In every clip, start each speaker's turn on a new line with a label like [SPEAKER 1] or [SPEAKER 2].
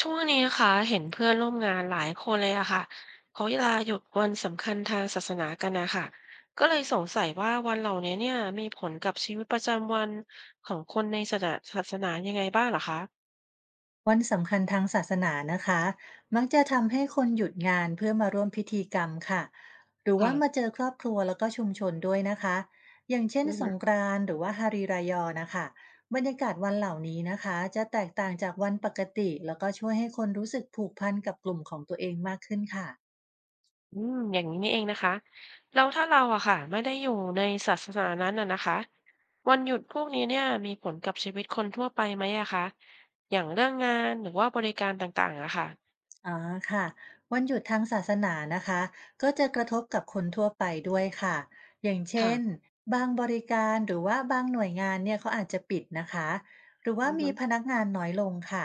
[SPEAKER 1] ช่วงนี้นะคะเห็นเพื่อนร่วมงานหลายคนเลยอะค่ะเขาเวลาหยุดวันสำคัญทางศาสนากันนะคะก็เลยสงสัยว่าวันเหล่านี้เนี่ยมีผลกับชีวิตประจำวันของคนในศาสนายังไงบ้างเหรอคะ
[SPEAKER 2] วันสำคัญทางศาสนานะคะมักจะทำให้คนหยุดงานเพื่อมาร่วมพิธีกรรมค่ะหรือ
[SPEAKER 1] ค่ะ
[SPEAKER 2] ว่ามาเจอครอบครัวแล้วก็ชุมชนด้วยนะคะอย่างเช่น
[SPEAKER 1] อื
[SPEAKER 2] สง
[SPEAKER 1] ม
[SPEAKER 2] กรานต์หรือว่าฮารีรายอนะคะบรรยากาศวันเหล่านี้นะคะจะแตกต่างจากวันปกติแล้วก็ช่วยให้คนรู้สึกผูกพันกับกลุ่มของตัวเองมากขึ้นค่ะ
[SPEAKER 1] อืมอย่างนี้นี่เองนะคะแล้วถ้าเราอะค่ะไม่ได้อยู่ในศาสนานั้นอะนะคะวันหยุดพวกนี้เนี่ยมีผลกับชีวิตคนทั่วไปไหมอะคะอย่างเรื่องงานหรือว่าบริการต่างๆอะค่ะ
[SPEAKER 2] อ๋อค่ะวันหยุดทางศาสนานะคะก็จะกระทบกับคนทั่วไปด้วยค่ะอย่างเช่น
[SPEAKER 1] ค่ะ
[SPEAKER 2] บางบริการหรือว่าบางหน่วยงานเนี่ยเขาอาจจะปิดนะคะหรือ
[SPEAKER 1] อื
[SPEAKER 2] ว่ามี
[SPEAKER 1] ม
[SPEAKER 2] พนักงานน้อยลงค่ะ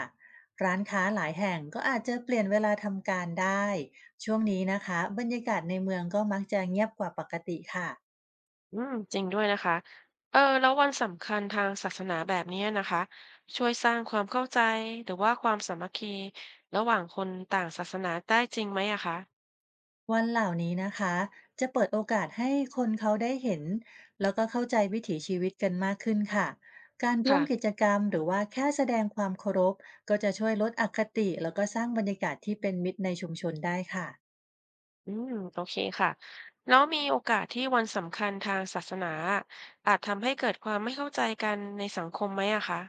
[SPEAKER 2] ร้านค้าหลายแห่งก็อาจจะเปลี่ยนเวลาทำการได้ช่วงนี้นะคะบรรยากาศในเมืองก็มักจะเงียบกว่าปกติค่ะ
[SPEAKER 1] อืมจริงด้วยนะคะเออแล้ววันสำคัญทางศาสนาแบบนี้นะคะช่วยสร้างความเข้าใจหรือว่าความสามัคคีระหว่างคนต่างศาสนาได้จริงไหมอะคะ
[SPEAKER 2] วันเหล่านี้นะคะจะเปิดโอกาสให้คนเขาได้เห็นแล้วก็เข้าใจวิถีชีวิตกันมากขึ้นค่ะการร่ว
[SPEAKER 1] ค่ะ
[SPEAKER 2] มกิจกรรมหรือว่าแค่แสดงความเคารพก็จะช่วยลดอคติแล้วก็สร้างบรรยากาศที่เป็นมิตรในชุมชนได้ค่ะ
[SPEAKER 1] อืมโอเคค่ะแล้วมีโอกาสที่วันสำคัญทางศาสนาอาจทำให้เกิดความไม่เข้าใจกันในสังคมไหมอะคะ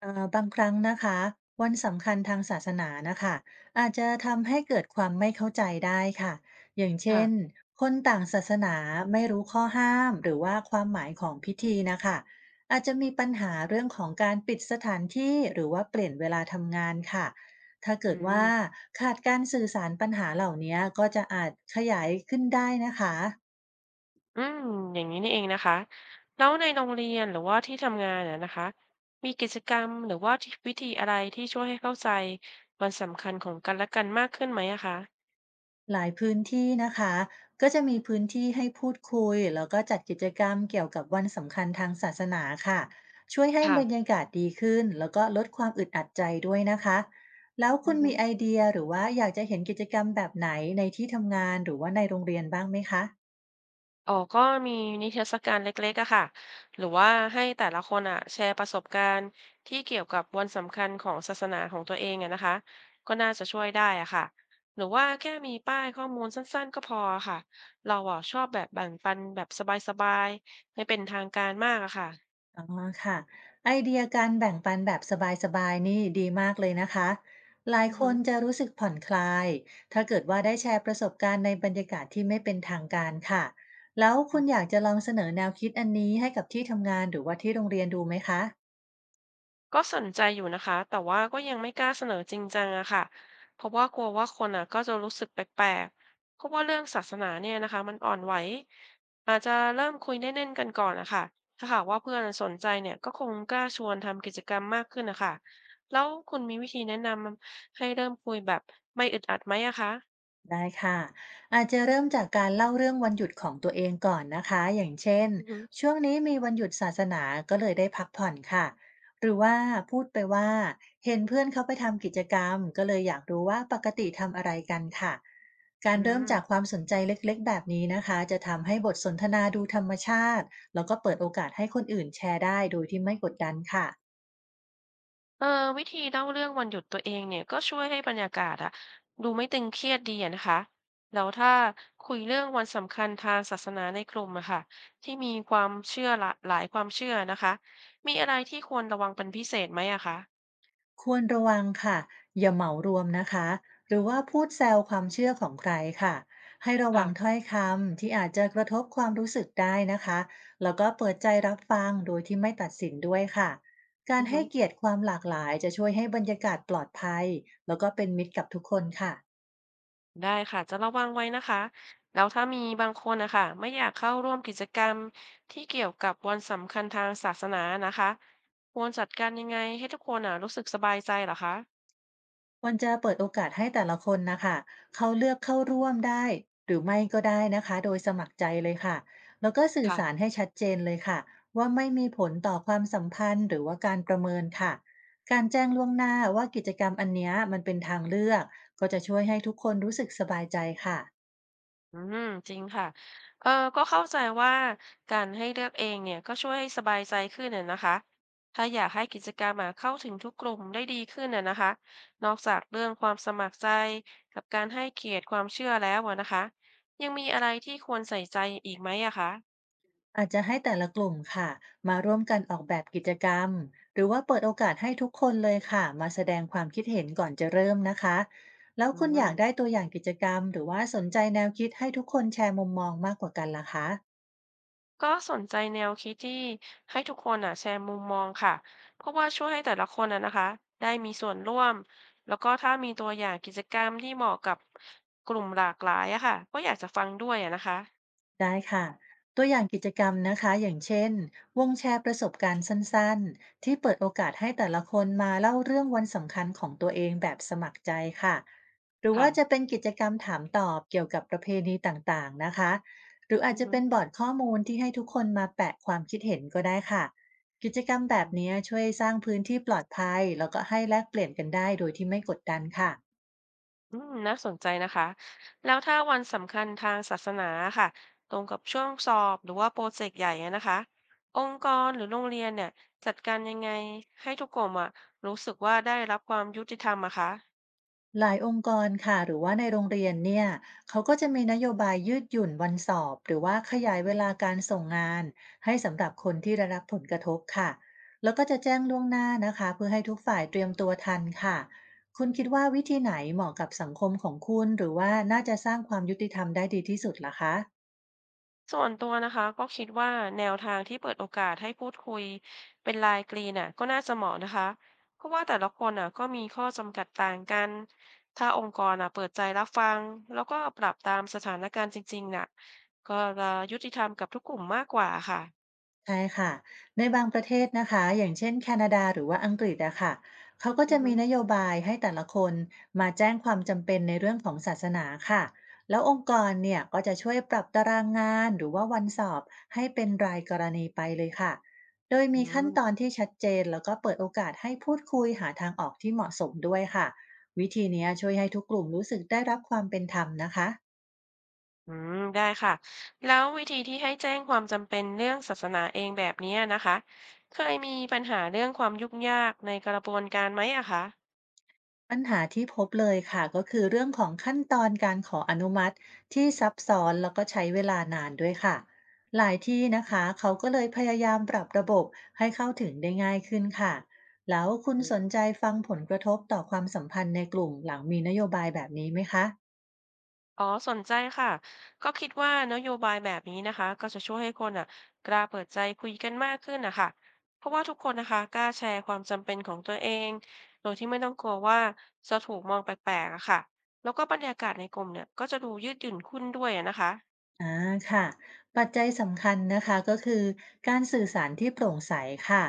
[SPEAKER 2] บางครั้งนะคะวันสำคัญทางศาสนานะคะอาจจะทำให้เกิดความไม่เข้าใจได้ค่ะอย่างเช่น
[SPEAKER 1] ค่ะ
[SPEAKER 2] คนต่างศาสนาไม่รู้ข้อห้ามหรือว่าความหมายของพิธีนะคะอาจจะมีปัญหาเรื่องของการปิดสถานที่หรือว่าเปลี่ยนเวลาทำงานค่ะถ้า
[SPEAKER 1] อื
[SPEAKER 2] เกิดว่า
[SPEAKER 1] ม
[SPEAKER 2] ขาดการสื่อสารปัญหาเหล่านี้ก็จะอาจขยายขึ้นได้นะคะ
[SPEAKER 1] อืมอย่างนี้นี่เองนะคะแล้วในโรงเรียนหรือว่าที่ทำงานน่ะนะคะมีกิจกรรมหรือว่าวิธีอะไรที่ช่วยให้เข้าใจวันสำคัญของกันและกันมากขึ้นไหมอะคะ
[SPEAKER 2] หลายพื้นที่นะคะก็จะมีพื้นที่ให้พูดคุยแล้วก็จัดกิจกรรมเกี่ยวกับวันสำคัญทางศาสนาค่ะช่วยให้บรร
[SPEAKER 1] ค่ะ
[SPEAKER 2] ยากาศดีขึ้นแล้วก็ลดความอึดอัดใจด้วยนะคะแล้ว
[SPEAKER 1] อื
[SPEAKER 2] คุ
[SPEAKER 1] อ
[SPEAKER 2] ณ
[SPEAKER 1] ฮึ
[SPEAKER 2] มีไอเดียหรือว่าอยากจะเห็นกิจกรรมแบบไหนในที่ทำงานหรือว่าในโรงเรียนบ้างไหมคะ
[SPEAKER 1] อ๋อก็มีนิทรรศการเล็กๆอะค่ะหรือว่าให้แต่ละคนอะแชร์ประสบการณ์ที่เกี่ยวกับวันสำคัญของศาสนาของตัวเองอะนะคะก็น่าจะช่วยได้อะค่ะหรือว่าแค่มีป้ายข้อมูลสั้นๆก็พอค่ะเราอะชอบแบบแบ่งปันแบบสบายๆไม่เป็นทางการมากอะค่ะ
[SPEAKER 2] อ๋อค่ะไอเดียการแบ่งปันแบบสบายๆนี่ดีมากเลยนะคะหลาย
[SPEAKER 1] อือ
[SPEAKER 2] ค
[SPEAKER 1] ฮึ
[SPEAKER 2] นจะรู้สึกผ่อนคลายถ้าเกิดว่าได้แชร์ประสบการณ์ในบรรยากาศที่ไม่เป็นทางการค่ะแล้วคุณอยากจะลองเสนอแนวคิดอันนี้ให้กับที่ทำงานหรือว่าที่โรงเรียนดูไหมคะ
[SPEAKER 1] ก็สนใจอยู่นะคะแต่ว่าก็ยังไม่กล้าเสนอจริงจังอะค่ะเพราะว่ากลัวว่าคนอะก็จะรู้สึกแปลกๆเพราะว่าเรื่องศาสนาเนี่ยนะคะมันอ่อนไหว อาจจะเริ่มคุยเล่นๆกันก่อนนะคะถ้าหากว่าเพื่อนสนใจเนี่ยก็คงกล้าชวนทำกิจกรรมมากขึ้นนะคะแล้วคุณมีวิธีแนะนำให้เริ่มคุยแบบไม่อึดอัดไหมอะคะ
[SPEAKER 2] ได้ค่ะอาจจะเริ่มจากการเล่าเรื่องวันหยุดของตัวเองก่อนนะคะอย่างเช่น
[SPEAKER 1] อือหือ
[SPEAKER 2] ช่วงนี้มีวันหยุดศาสนาก็เลยได้พักผ่อนค่ะหรือว่าพูดไปว่าเห็นเพื่อนเขาไปทำกิจกรรมก็เลยอยากรู้ว่าปกติทำอะไรกันค่ะกา
[SPEAKER 1] อื
[SPEAKER 2] รเริ่มจากค
[SPEAKER 1] ม
[SPEAKER 2] วามสนใจเล็กๆแบบนี้นะคะจะทำให้บทสนทนาดูธรรมชาติแล้วก็เปิดโอกาสให้คนอื่นแชร์ได้โดยที่ไม่กดดันค่ะ
[SPEAKER 1] เออวิธีเล่าเรื่องวันหยุดตัวเองเนี่ยก็ช่วยให้บรรยากาศอะดูไม่ตึงเครียดดีอะนะคะแล้วถ้าคุยเรื่องวันสำคัญทางศาสนาในกลุ่มอะค่ะที่มีความเชื่อหละหลายความเชื่อนะคะมีอะไรที่ควรระวังเป็นพิเศษไหมอะคะ
[SPEAKER 2] ควรระวังค่ะอย่าเหมารวมนะคะหรือว่าพูดแซวความเชื่อของใครค่ะให้ระ
[SPEAKER 1] ค่ะ
[SPEAKER 2] วังถ้อยคำที่อาจจะกระทบความรู้สึกได้นะคะแล้วก็เปิดใจรับฟังโดยที่ไม่ตัดสินด้วยค่ะกา
[SPEAKER 1] อื
[SPEAKER 2] ร
[SPEAKER 1] อฮึ
[SPEAKER 2] ให้เกียรติความหลากหลายจะช่วยให้บรรยากาศปลอดภัยแล้วก็เป็นมิตรกับทุกคนค่ะ
[SPEAKER 1] ได้ค่ะจะระวังไว้นะคะแล้วถ้ามีบางคนนะคะไม่อยากเข้าร่วมกิจกรรมที่เกี่ยวกับวันสำคัญทางศาสนานะคะควรจัดการยังไงให้ทุกคนอะรู้สึกสบายใจเหรอคะ
[SPEAKER 2] ควรจะเปิดโอกาสให้แต่ละคนนะคะเขาเลือกเข้าร่วมได้หรือไม่ก็ได้นะคะโดยสมัครใจเลยค่ะแล้วก็สื่อสาร
[SPEAKER 1] ค่ะ
[SPEAKER 2] ให้ชัดเจนเลยค่ะว่าไม่มีผลต่อความสัมพันธ์หรือว่าการประเมินค่ะการแจ้งล่วงหน้าว่ากิจกรรมอันเนี้ยมันเป็นทางเลือกก็จะช่วยให้ทุกคนรู้สึกสบายใจค่ะ
[SPEAKER 1] อืมจริงค่ะเออก็เข้าใจว่าการให้เลือกเองเนี่ยก็ช่วยให้สบายใจขึ้นน่ะนะคะถ้าอยากให้กิจกรรมอะเข้าถึงทุกกลุ่มได้ดีขึ้นน่ะนะคะนอกจากเรื่องความสมัครใจกับการให้เกียรติความเชื่อแล้วอะนะคะยังมีอะไรที่ควรใส่ใจอีกไหมอะคะ
[SPEAKER 2] อาจจะให้แต่ละกลุ่มค่ะมาร่วมกันออกแบบกิจกรรมหรือว่าเปิดโอกาสให้ทุกคนเลยค่ะมาแสดงความคิดเห็นก่อนจะเริ่มนะคะแล้ว
[SPEAKER 1] อื
[SPEAKER 2] คุณอยาก
[SPEAKER 1] ม
[SPEAKER 2] ได้ตัวอย่างกิจกรรมหรือว่าสนใจแนวคิดให้ทุกคนแชร์มุมมองมากกว่ากันล่ะคะ
[SPEAKER 1] ก็สนใจแนวคิดที่ให้ทุกคนอ่ะแชร์มุมมองค่ะเพราะว่าช่วยให้แต่ละคนอ่ะนะคะได้มีส่วนร่วมแล้วก็ถ้ามีตัวอย่างกิจกรรมที่เหมาะกับกลุ่มหลากหลายอะค่ะก็อยากจะฟังด้วยอะนะคะ
[SPEAKER 2] ได้ค่ะตัวอย่างกิจกรรมนะคะอย่างเช่นวงแชร์ประสบการณ์สั้นๆที่เปิดโอกาสให้แต่ละคนมาเล่าเรื่องวันสำคัญของตัวเองแบบสมัครใจค่ะหรือ
[SPEAKER 1] ค่ะ
[SPEAKER 2] ว่าจะเป็นกิจกรรมถามตอบเกี่ยวกับประเพณีต่างๆนะคะหรืออา
[SPEAKER 1] อื
[SPEAKER 2] จ
[SPEAKER 1] อ
[SPEAKER 2] จะ
[SPEAKER 1] ฮึ
[SPEAKER 2] เป็นบอร์ดข้อมูลที่ให้ทุกคนมาแปะความคิดเห็นก็ได้ค่ะกิจกรรมแบ
[SPEAKER 1] อื
[SPEAKER 2] บนี้
[SPEAKER 1] ม
[SPEAKER 2] ช่วยสร้างพื้นที่ปลอดภัยแล้วก็ให้แลกเปลี่ยนกันได้โดยที่ไม่กดดันค่ะ
[SPEAKER 1] น่าสนใจนะคะแล้วถ้าวันสำคัญทางศาสนาค่ะตรงกับช่วงสอบหรือว่าโปรเจกต์ใหญ่อะนะคะองค์กรหรือโรงเรียนเนี่ยจัดการยังไงให้ทุกกลุ่มอะรู้สึกว่าได้รับความยุติธรรมอะคะ
[SPEAKER 2] หลายองค์กรค่ะหรือว่าในโรงเรียนเนี่ยเขาก็จะมีนโยบายยืดหยุ่นวันสอบหรือว่าขยายเวลาการส่งงานให้สำหรับคนที่ได้รับผลกระทบค่ะแล้วก็จะแจ้งล่วงหน้านะคะเพื่อให้ทุกฝ่ายเตรียมตัวทันค่ะคุณคิดว่าวิธีไหนเหมาะกับสังคมของคุณหรือว่าน่าจะสร้างความยุติธรรมได้ดีที่สุดล่ะคะ
[SPEAKER 1] ส่วนตัวนะคะก็คิดว่าแนวทางที่เปิดโอกาสให้พูดคุยเป็นไลน์กรีนน่ะก็น่าจะเหมาะนะคะเพราะว่าแต่ละคนน่ะก็มีข้อจำกัดต่างกันถ้าองค์กรน่ะเปิดใจรับฟังแล้วก็ปรับตามสถานการณ์จริงๆน่ะก็จะยุติธรรมกับทุกกลุ่มมากกว่าค่ะ
[SPEAKER 2] ใช่ค่ะในบางประเทศนะคะอย่างเช่นแคนาดาหรือว่าอังกฤษอะค่ะเขาก็
[SPEAKER 1] อือ
[SPEAKER 2] จะ
[SPEAKER 1] ฮึ
[SPEAKER 2] มีนโยบายให้แต่ละคนมาแจ้งความจำเป็นในเรื่องของศาสนาค่ะแล้วองค์กรเนี่ยก็จะช่วยปรับตารางงานหรือว่าวันสอบให้เป็นรายกรณีไปเลยค่ะโดย
[SPEAKER 1] อื
[SPEAKER 2] มีขั้น
[SPEAKER 1] ม
[SPEAKER 2] ตอนที่ชัดเจนแล้วก็เปิดโอกาสให้พูดคุยหาทางออกที่เหมาะสมด้วยค่ะวิธีเนี้ยช่วยให้ทุกกลุ่มรู้สึกได้รับความเป็นธรรมนะคะ
[SPEAKER 1] อืมได้ค่ะแล้ววิธีที่ให้แจ้งความจำเป็นเรื่องศาสนาเองแบบเนี้ยนะคะเคยมีปัญหาเรื่องความยุ่งยากในกระบวนการไหมอะคะ
[SPEAKER 2] ปัญหาที่พบเลยค่ะก็คือเรื่องของขั้นตอนการขออนุมัติที่ซับซ้อนแล้วก็ใช้เวลานานด้วยค่ะหลายที่นะคะเขาก็เลยพยายามปรับระบบให้เข้าถึงได้ง่ายขึ้นค่ะแล้วคุณ
[SPEAKER 1] อื
[SPEAKER 2] สน
[SPEAKER 1] ม
[SPEAKER 2] ใจฟังผลกระทบต่อความสัมพันธ์ในกลุ่มหลังมีนโยบายแบบนี้ไหมคะ
[SPEAKER 1] อ๋อสนใจค่ะก็คิดว่านโยบายแบบนี้นะคะก็จะช่วยให้คนอ่ะกล้าเปิดใจคุยกันมากขึ้นนะคะเพราะว่าทุกคนนะคะกล้าแชร์ความจำเป็นของตัวเองโดยที่ไม่ต้องกลัวว่าจะถูกมองแปลกๆอะค่ะแล้วก็บรรยากาศในกลุ่มเนี่ยก็จะดูยืดหยุ่นขึ้นด้วยอะนะคะ
[SPEAKER 2] อ่าค่ะปัจจัยสำคัญนะคะก็คือการสื่อสารที่โปร่งใสค่ะ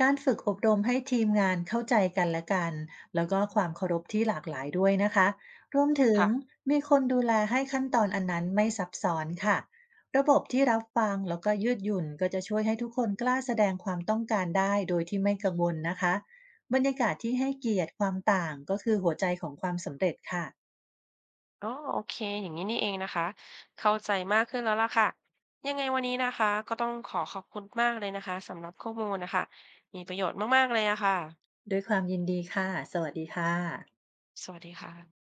[SPEAKER 2] การฝึกอบ
[SPEAKER 1] อื
[SPEAKER 2] รมให้
[SPEAKER 1] ม
[SPEAKER 2] ทีมงานเข้าใจกันและกันแล้วก็ความเคารพที่หลากหลายด้วยนะคะรวมถึง
[SPEAKER 1] ค่ะ
[SPEAKER 2] มีคนดูแลให้ขั้นตอนอันนั้นไม่ซับซ้อนค่ะระบบที่รับฟังแล้วก็ยืดหยุ่นก็จะช่วยให้ทุกคนกล้าแสดงความต้องการได้โดยที่ไม่กังวลนะคะบรรยากาศที่ให้เกียรติความต่างก็คือหัวใจของความสำเร็จค่ะ
[SPEAKER 1] อ๋อโอเคอย่างนี้นี่เองนะคะเข้าใจมากขึ้นแล้วล่ะค่ะยังไงวันนี้นะคะก็ต้องขอขอบคุณมากเลยนะคะสำหรับข้อมูลนะคะมีประโยชน์มากๆเลยอะค่ะ
[SPEAKER 2] ด้วยความยินดีค่ะสวัสดีค่ะ
[SPEAKER 1] สวัสดีค่ะ